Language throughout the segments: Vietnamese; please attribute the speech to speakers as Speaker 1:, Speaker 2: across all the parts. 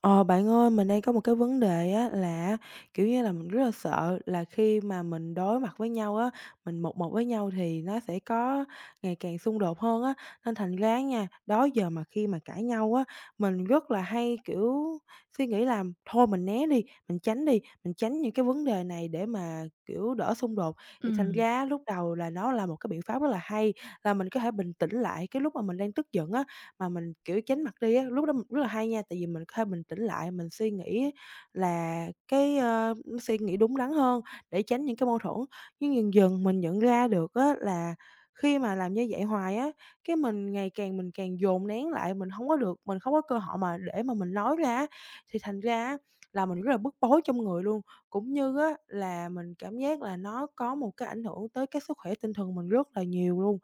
Speaker 1: Ờ, Bạn ơi, mình đang có một cái vấn đề á là kiểu như là, mình rất là sợ là khi mà mình đối mặt với nhau á, mình một một với nhau thì nó sẽ có ngày càng xung đột hơn á. Nên thành ra nha, đó giờ mà khi mà cãi nhau á, mình rất là hay, kiểu, suy nghĩ là thôi mình né đi, mình tránh những cái vấn đề này để mà, kiểu, đỡ xung đột. Thì thành
Speaker 2: Ừm,
Speaker 1: ra lúc đầu là nó là một cái biện pháp rất là hay, là mình có thể bình tĩnh lại cái lúc mà mình đang tức giận á mà mình, kiểu, tránh mặt đi á, lúc đó rất là hay nha, tại vì mình có thể bình tĩnh lại, mình suy nghĩ là cái, suy nghĩ đúng đắn hơn để tránh những cái mâu thuẫn. Nhưng dần dần mình nhận ra được á là khi mà làm như vậy hoài á, cái mình ngày càng mình càng dồn nén lại, mình không có cơ hội mà để mà mình nói ra á, thì thành ra á là mình rất là bức bối trong người luôn. Cũng như á là mình cảm giác là nó có một cái ảnh hưởng tới cái sức khỏe tinh thần mình rất là nhiều luôn.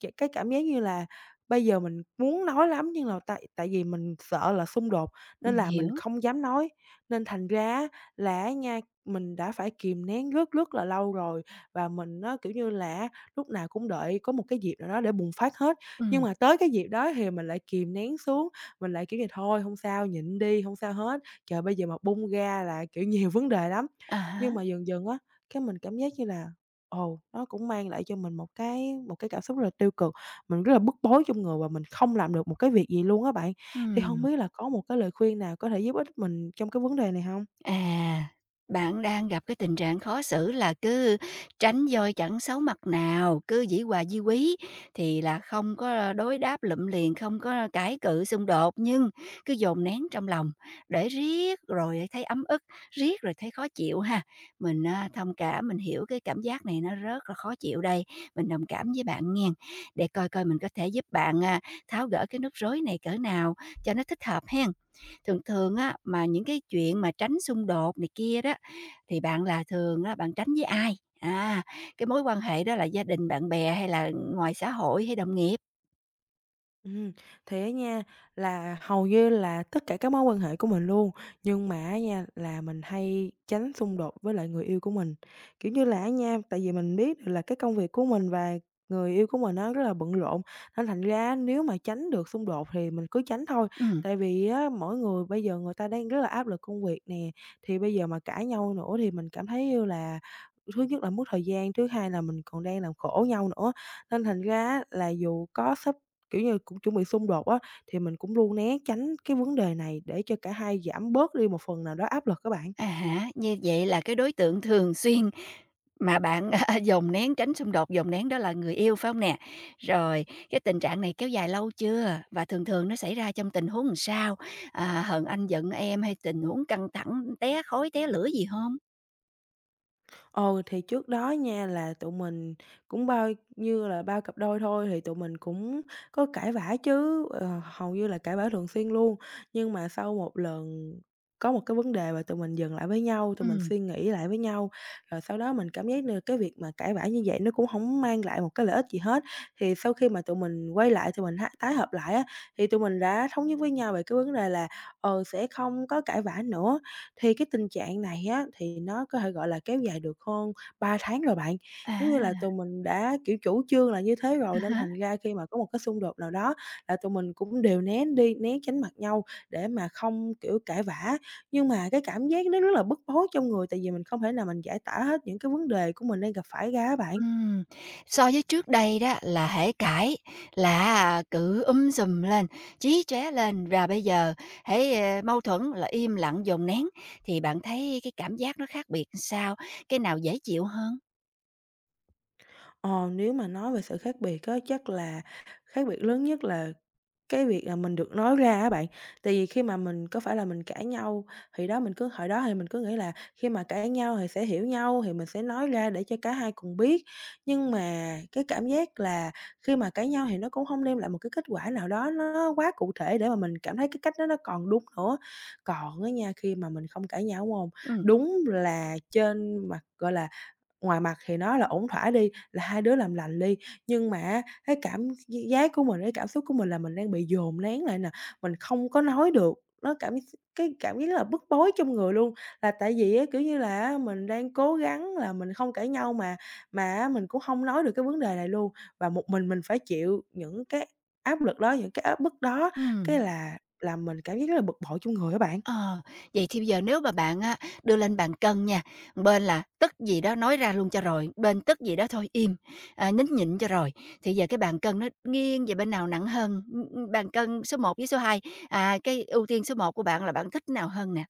Speaker 1: Cái cảm giác như là bây giờ mình muốn nói lắm nhưng là tại tại vì mình sợ là xung đột nên
Speaker 2: mình
Speaker 1: là mình
Speaker 2: hiểu.
Speaker 1: không dám nói, nên thành ra á là á nha, mình đã phải kìm nén rất rất là lâu rồi và mình á, kiểu như là á, lúc nào cũng đợi có một cái dịp nào đó để bùng phát hết. Nhưng
Speaker 2: Ừm,
Speaker 1: mà tới cái dịp đó thì mình lại kìm nén xuống, mình lại, kiểu như, thôi không sao, nhịn đi, không sao hết, trời, bây giờ mà bung ra là, kiểu, nhiều vấn đề lắm.
Speaker 2: à
Speaker 1: Nhưng
Speaker 2: há,
Speaker 1: mà dần dần á, cái mình cảm giác như là, ồ, nó cũng mang lại cho mình một cái cảm xúc rất là tiêu cực mình rất là bức bối trong người và mình không làm được một cái việc gì luôn á bạn. Thì không
Speaker 2: ừm.
Speaker 1: biết là có một cái lời khuyên nào có thể giúp ích mình trong cái vấn đề này không?
Speaker 2: À, bạn đang gặp cái tình trạng khó xử là cứ tránh voi chẳng xấu mặt nào, cứ dĩ hòa vi quý thì là không có đối đáp lụm liền, không có cãi cự xung đột nhưng cứ dồn nén trong lòng để riết rồi thấy ấm ức, riết rồi thấy khó chịu ha. Mình, à, thông cảm, mình hiểu cái cảm giác này nó rất là khó chịu đây, mình đồng cảm với bạn nghen, để coi coi mình có thể giúp bạn, à, tháo gỡ cái nút rối này cỡ nào cho nó thích hợp ha. Thường thường á, mà những cái chuyện mà tránh xung đột này kia đó, thì bạn là thường á, bạn tránh với ai? À, cái mối quan hệ đó là gia đình, bạn bè hay là ngoài xã hội hay đồng nghiệp?
Speaker 1: Ừm, thì á nha, là hầu như là tất cả các mối quan hệ của mình luôn, nhưng mà á nha, là mình hay tránh xung đột với lại người yêu của mình. Kiểu như là á nha, tại vì mình biết được là cái công việc của mình và người yêu của mình nó rất là bận rộn, nên thành ra nếu mà tránh được xung đột thì mình cứ tránh thôi.
Speaker 2: Ừm,
Speaker 1: Tại vì á mỗi người bây giờ người ta đang rất là áp lực công việc nè, thì bây giờ mà cãi nhau nữa thì mình cảm thấy như là thứ nhất là mất thời gian, thứ hai là mình còn đang làm khổ nhau nữa. Nên thành ra á là dù có sắp, kiểu như, cũng chuẩn bị xung đột á, thì mình cũng luôn né tránh cái vấn đề này để cho cả hai giảm bớt đi một phần nào đó áp lực các bạn.
Speaker 2: à hả, như vậy là cái đối tượng thường xuyên mà bạn, dồn nén, tránh xung đột, dồn nén đó là người yêu, phải không nè? Rồi, cái tình trạng này kéo dài lâu chưa? Và thường thường nó xảy ra trong tình huống làm sao? À, hờn anh giận em hay tình huống căng thẳng, té khói, té lửa gì không?
Speaker 1: Ừ, thì trước đó nha là tụi mình cũng bao như là bao cặp đôi thôi thì tụi mình cũng có cãi vã chứ, ờ, hầu như là cãi vã thường xuyên luôn. Nhưng mà sau một lần có một cái vấn đề và tụi mình dừng lại với nhau, tụi mình
Speaker 2: Ừm,
Speaker 1: suy nghĩ lại với nhau, rồi sau đó mình cảm giác được cái việc mà cãi vã như vậy nó cũng không mang lại một cái lợi ích gì hết. Thì sau khi mà tụi mình quay lại, tụi mình há tái hợp lại á, thì tụi mình đã thống nhất với nhau về cái vấn đề là, ờ, sẽ không có cãi vã nữa. Thì cái tình trạng này á, thì nó có thể, gọi là, kéo dài được hơn 3 tháng rồi bạn. Giống như là
Speaker 2: à,
Speaker 1: tụi mình đã, kiểu, chủ trương là như thế rồi nên thành ra khi mà có một cái xung đột nào đó là tụi mình cũng đều né đi, né tránh mặt nhau để mà không, kiểu, cãi vã. Nhưng mà cái cảm giác nó rất là bức bối trong người tại vì mình không thể nào mình giải tỏa hết những cái vấn đề của mình đang gặp phải ra á bạn.
Speaker 2: ừm, so với trước đây đó là hễ cãi là cứ sùm lên, chí chóe lên, và bây giờ hễ, ờ, mâu thuẫn là im lặng dồn nén, thì bạn thấy cái cảm giác nó khác biệt sao? Cái nào dễ chịu hơn?
Speaker 1: Ờ, nếu mà nói về sự khác biệt á, chắc là khác biệt lớn nhất là cái việc là mình được nói ra á bạn, tại vì khi mà mình có phải là mình cãi nhau thì đó mình cứ hồi đó thì mình cứ nghĩ là khi mà cãi nhau thì sẽ hiểu nhau, thì mình sẽ nói ra để cho cả hai cùng biết. Nhưng mà cái cảm giác là khi mà cãi nhau thì nó cũng không đem lại một cái kết quả nào đó nó quá cụ thể để mà mình cảm thấy cái cách đó nó còn đúng nữa. Còn á nha, khi mà mình không cãi nhau, đúng hông?
Speaker 2: Ừm,
Speaker 1: Đúng là trên mặt, gọi là ngoài mặt thì nó là ổn thỏa đi, là hai đứa làm lành đi, nhưng mà á, cái cảm giác của mình, cái cảm xúc của mình là mình đang bị dồn nén lại nè, mình không có nói được, nó cảm cái cảm giác rất là bức bối trong người luôn. Là tại vì á, kiểu như là á, mình đang cố gắng là mình không cãi nhau mà á, mình cũng không nói được cái vấn đề này luôn, và một mình phải chịu những cái áp lực đó, những cái áp bức đó, cái
Speaker 2: ừm.
Speaker 1: là làm mình cảm giác rất là bực bội trong người các bạn.
Speaker 2: Ờ, vậy thì bây giờ nếu mà bạn á, đưa lên bàn cân nha, bên là tức gì đó nói ra luôn cho rồi, bên tức gì đó thôi im, à, nín nhịn cho rồi. Thì giờ cái bàn cân nó nghiêng về bên nào nặng hơn? Bàn cân số một với số hai, à, cái ưu tiên số một của bạn là bạn thích nào hơn nè?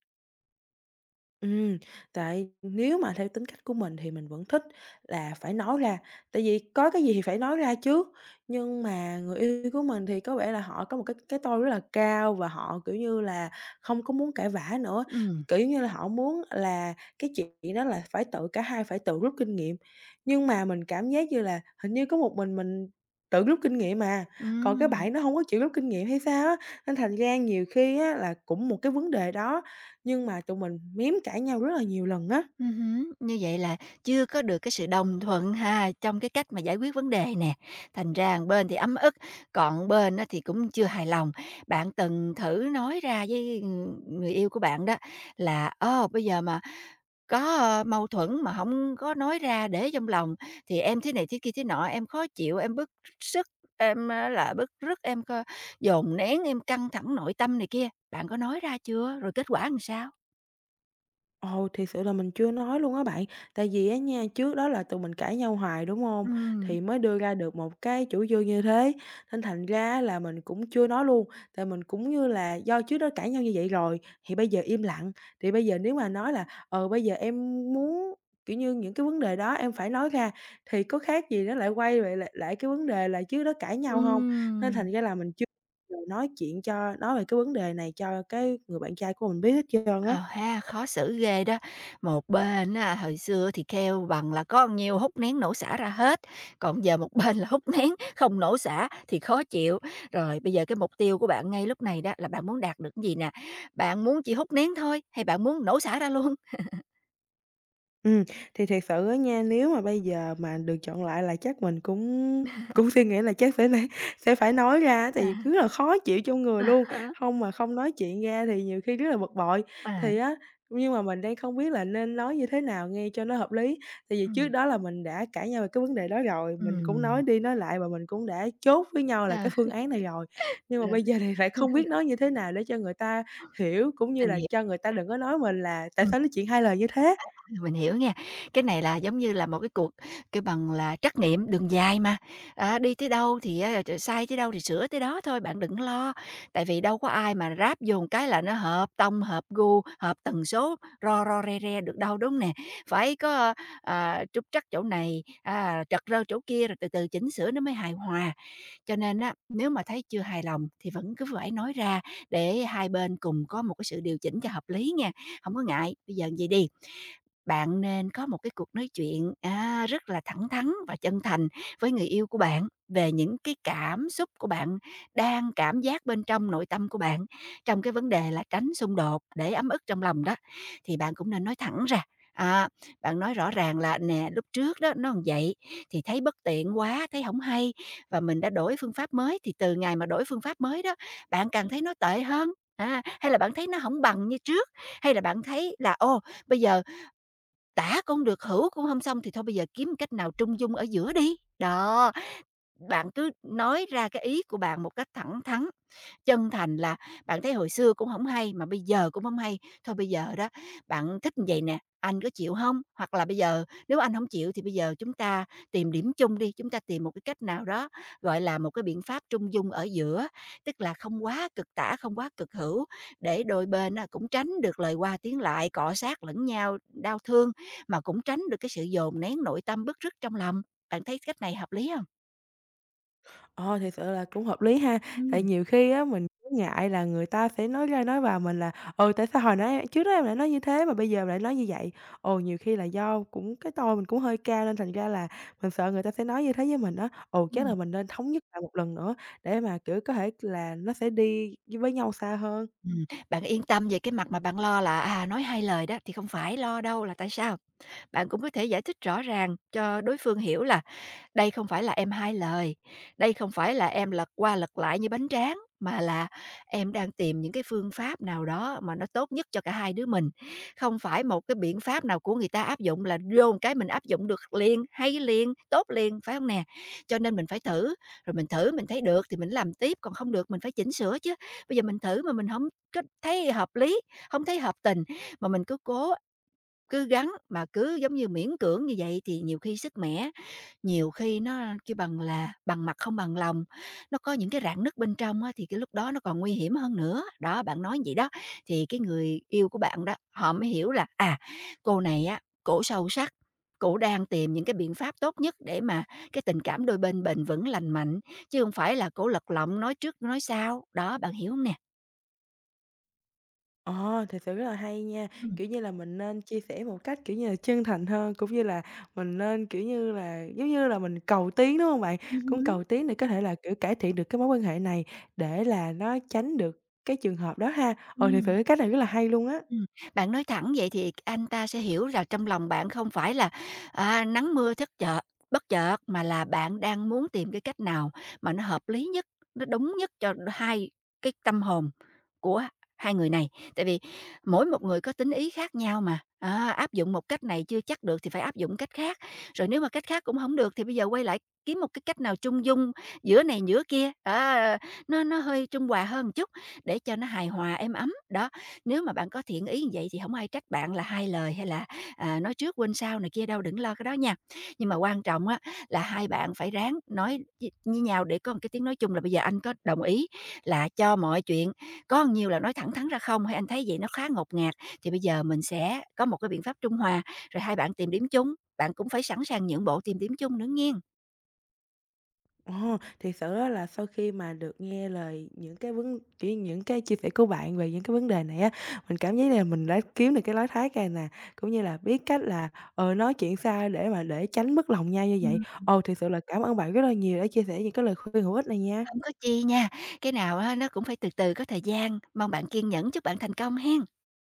Speaker 1: Ừm, tại nếu mà theo tính cách của mình thì mình vẫn thích là phải nói ra, tại vì có cái gì thì phải nói ra chứ. Nhưng mà người yêu của mình thì có vẻ là họ có một cái tôi rất là cao và họ, kiểu như là, không có muốn cãi vã nữa,
Speaker 2: Ừm,
Speaker 1: kiểu như là, họ muốn là cái chuyện đó là phải tự cả hai phải tự rút kinh nghiệm. Nhưng mà mình cảm giác như là hình như có một mình tự rút kinh nghiệm mà còn cái
Speaker 2: ừm.
Speaker 1: bạn nó không có chịu rút kinh nghiệm hay sao á, nên thành ra nhiều khi á là cũng một cái vấn đề đó nhưng mà tụi mình mém cãi nhau rất là nhiều lần á.
Speaker 2: Hứm, như vậy là chưa có được cái sự đồng thuận ha, trong cái cách mà giải quyết vấn đề nè, thành ra một bên thì ấm ức, còn một bên á thì cũng chưa hài lòng. Bạn từng thử nói ra với, người yêu của bạn đó là "Ô, bây giờ mà có, ơ, mâu thuẫn mà không có nói ra để trong lòng thì em thế này thế kia thế nọ, em khó chịu, em bức sức, em á là bức rứt, em dồn nén, em căng thẳng nội tâm" này kia. Bạn có nói ra chưa? Rồi kết quả làm sao?
Speaker 1: Ồ, thì sự là mình chưa nói luôn á bạn. Tại vì á nha, trước đó là tụi mình cãi nhau hoài, đúng không?
Speaker 2: Ừm,
Speaker 1: Thì mới đưa ra được một cái chủ trương như thế, nên thành ra là mình cũng chưa nói luôn. Tại mình cũng như là do trước đó cãi nhau như vậy rồi, thì bây giờ im lặng, thì bây giờ nếu mà nói là "Ờ, bây giờ em muốn", kiểu như, những cái vấn đề đó em phải nói ra, thì có khác gì nó lại quay về lại lại cái vấn đề là trước đó cãi nhau không? Nên
Speaker 2: ừm.
Speaker 1: thành ra là mình chưa nói chuyện cho nói về cái vấn đề này cho cái người bạn trai của mình biết hết trơn á.
Speaker 2: Ờ ha, khó xử ghê đó. Một bên á, hồi xưa thì kêu bằng là có nhiêu hút nén nổ xả ra hết, còn giờ một bên là hút nén không nổ xả thì khó chịu. Rồi bây giờ cái mục tiêu của bạn ngay lúc này đó là bạn muốn đạt được cái gì nè? Bạn muốn chỉ hút nén thôi hay bạn muốn nổ xả ra luôn?
Speaker 1: Ừ, thì thiệt sự á nha, nếu mà bây giờ mà được chọn lại là chắc mình cũng cũng suy nghĩ là chắc sẽ phải nói ra thì
Speaker 2: À,
Speaker 1: cứ là khó chịu trong người
Speaker 2: à
Speaker 1: luôn,
Speaker 2: há,
Speaker 1: không mà không nói chuyện ra thì nhiều khi rất là bực bội.
Speaker 2: à,
Speaker 1: Thì á, nhưng mà mình đang không biết là nên nói như thế nào nghe cho nó hợp lý, tại vì trước
Speaker 2: ừm,
Speaker 1: đó là mình đã cãi nhau về cái vấn đề đó rồi, mình cũng nói
Speaker 2: ừm,
Speaker 1: đi nói lại và mình cũng đã chốt với nhau là cái
Speaker 2: ờ,
Speaker 1: phương án này rồi. Nhưng mà
Speaker 2: rồi.
Speaker 1: bây giờ thì lại không biết nói như thế nào để cho người ta hiểu, cũng như
Speaker 2: Mình
Speaker 1: là
Speaker 2: hiểu.
Speaker 1: cho người ta đừng có nói mình là "Tại
Speaker 2: Ừ.
Speaker 1: sao nói chuyện hai lời như thế?"
Speaker 2: Mình hiểu nha. Cái này là giống như là một cái cuộc kêu bằng là trắc nghiệm đường dài mà, à, đi tới đâu thì á, sai tới đâu thì sửa tới đó thôi, bạn đừng lo. Tại vì đâu có ai mà ráp vô một cái là nó hợp tông, hợp gu, hợp tần số, ro ro re re được đâu, đúng nè? Phải có, ơ, à, trúc trắc chỗ này, à, trật rơ chỗ kia, rồi từ từ chỉnh sửa nó mới hài hòa. Cho nên á, nếu mà thấy chưa hài lòng thì vẫn cứ phải nói ra để hai bên cùng có một cái sự điều chỉnh cho hợp lý nha, không có ngại. Bây giờ vậy đi, bạn nên có một cái cuộc nói chuyện, à, rất là thẳng thắn và chân thành với người yêu của bạn về những cái cảm xúc của bạn đang cảm giác bên trong nội tâm của bạn, trong cái vấn đề là tránh xung đột để ấm ức trong lòng đó. Thì bạn cũng nên nói thẳng ra, à, bạn nói rõ ràng là "Nè, lúc trước đó nó làm vậy thì thấy bất tiện quá, thấy không hay và mình đã đổi phương pháp mới, thì từ ngày mà đổi phương pháp mới đó, bạn càng thấy nó tệ hơn." À, hay là bạn thấy nó không bằng như trước, hay là bạn thấy là "Ô, bây giờ tả cũng được, hữu cũng không xong thì thôi bây giờ kiếm cách nào trung dung ở giữa đi." Đó, bạn cứ nói ra cái ý của bạn một cách thẳng thắn, chân thành là bạn thấy hồi xưa cũng không hay, mà bây giờ cũng không hay, thôi bây giờ đó bạn thích như vậy nè, anh có chịu không? Hoặc là bây giờ nếu anh không chịu thì bây giờ chúng ta tìm điểm chung đi, chúng ta tìm một cái cách nào đó, gọi là, một cái biện pháp trung dung ở giữa, tức là không quá cực tả, không quá cực hữu, để đôi bên á cũng tránh được lời qua tiếng lại, cọ sát lẫn nhau, đau thương, mà cũng tránh được cái sự dồn nén nội tâm bức rứt trong lòng. Bạn thấy cách này hợp lý không?
Speaker 1: Ờ, thì sự là cũng hợp lý ha, tại
Speaker 2: Ừm.
Speaker 1: nhiều khi á mình cũng ngại là người ta sẽ nói ra nói vào mình là "Ừ, tại sao hồi nãy trước đó em lại nói như thế mà bây giờ em lại nói như vậy?" Ừ, nhiều khi là do cũng cái tôi mình cũng hơi cao nên thành ra là mình sợ người ta sẽ nói như thế với mình á. Ừ, chắc
Speaker 2: Ừm.
Speaker 1: là mình nên thống nhất lại một lần nữa để mà, kiểu, có thể là nó sẽ đi với nhau xa hơn.
Speaker 2: Ừm, bạn yên tâm về cái mặt mà bạn lo là, à, nói hai lời đó, thì không phải lo đâu, là tại sao? Bạn cũng có thể giải thích rõ ràng cho đối phương hiểu là đây không phải là em hai lời, đây không phải là em lật qua lật lại như bánh tráng, mà là em đang tìm những cái phương pháp nào đó mà nó tốt nhất cho cả hai đứa mình. Không phải một cái biện pháp nào của người ta áp dụng là vô một cái mình áp dụng được liền, hay liền, tốt liền, phải không nè? Cho nên mình phải thử, rồi mình thử mình thấy được thì mình làm tiếp, còn không được mình phải chỉnh sửa chứ. Bây giờ mình thử mà mình không có thấy hợp lý, không thấy hợp tình, mà mình cứ cố, cứ gắng mà cứ, giống như, miễn cưỡng như vậy thì nhiều khi sức mẻ, nhiều khi nó kêu bằng là bằng mặt không bằng lòng, nó có những cái rạn nứt bên trong á, thì cái lúc đó nó còn nguy hiểm hơn nữa. Đó, bạn nói vậy đó, thì cái người yêu của bạn đó, họ mới hiểu là, à, cô này á, cổ sâu sắc, cổ đang tìm những cái biện pháp tốt nhất để mà cái tình cảm đôi bên bền vững lành mạnh, chứ không phải là cổ lật lọng nói trước nói sau. Đó, bạn hiểu không nè?
Speaker 1: Ờ, thực sự rất là hay nha.
Speaker 2: Ừm.
Speaker 1: Kiểu như là, mình nên chia sẻ một cách, kiểu như là, chân thành hơn, cũng như là mình nên, kiểu như là, giống như là, mình cầu tiến, đúng không bạn? Cũng cầu
Speaker 2: Hứm.
Speaker 1: tiến để có thể là, kiểu, cải thiện được cái mối quan hệ này để là nó tránh được cái trường hợp đó ha. Ừ, thực sự cái cách này rất là hay luôn á.
Speaker 2: Ừm, bạn nói thẳng vậy thì anh ta sẽ hiểu là trong lòng bạn không phải là, à, nắng mưa thất chợt bất chợt, mà là bạn đang muốn tìm cái cách nào mà nó hợp lý nhất, nó đúng nhất cho hai cái tâm hồn của hai người này. Tại vì mỗi một người có tính ý khác nhau mà, á, áp dụng một cách này chưa chắc được thì phải áp dụng cách khác, rồi nếu mà cách khác cũng không được thì bây giờ quay lại kiếm một cái cách nào trung dung giữa này giữa kia, á, nó hơi trung hòa hơn một chút để cho nó hài hòa, êm ấm. Đó, nếu mà bạn có thiện ý như vậy thì không ai trách bạn là hai lời hay là, à, nói trước quên sau này kia đâu, đừng lo cái đó nha. Nhưng mà quan trọng á là hai bạn phải ráng nói với nhau để có một cái tiếng nói chung là bây giờ anh có đồng ý là cho mọi chuyện có nhiều là nói thẳng thắn ra không, hay anh thấy vậy nó khá ngột ngạt, thì bây giờ mình sẽ có một cái biện pháp trung hòa, rồi hai bạn tìm điểm chung, bạn cũng phải sẵn sàng nhượng bộ tìm điểm chung nữa nghen.
Speaker 1: Ồ, thiệt sự á là sau khi mà được nghe lời những cái vấn kiểu như, những cái chia sẻ của bạn về những cái vấn đề này á, mình cảm thấy là mình đã kiếm được cái lối thoát ra nè, cũng như là biết cách là, ờ, nói chuyện sao để mà để tránh mất lòng nhau như vậy.
Speaker 2: Ừm.
Speaker 1: Ồ, thiệt sự là cảm ơn bạn rất là nhiều đã chia sẻ những cái lời khuyên hữu ích này
Speaker 2: Hông
Speaker 1: nha.
Speaker 2: có chi nha, cái nào á nó cũng phải từ từ, có thời gian, mong bạn kiên nhẫn, chúc bạn thành công hen.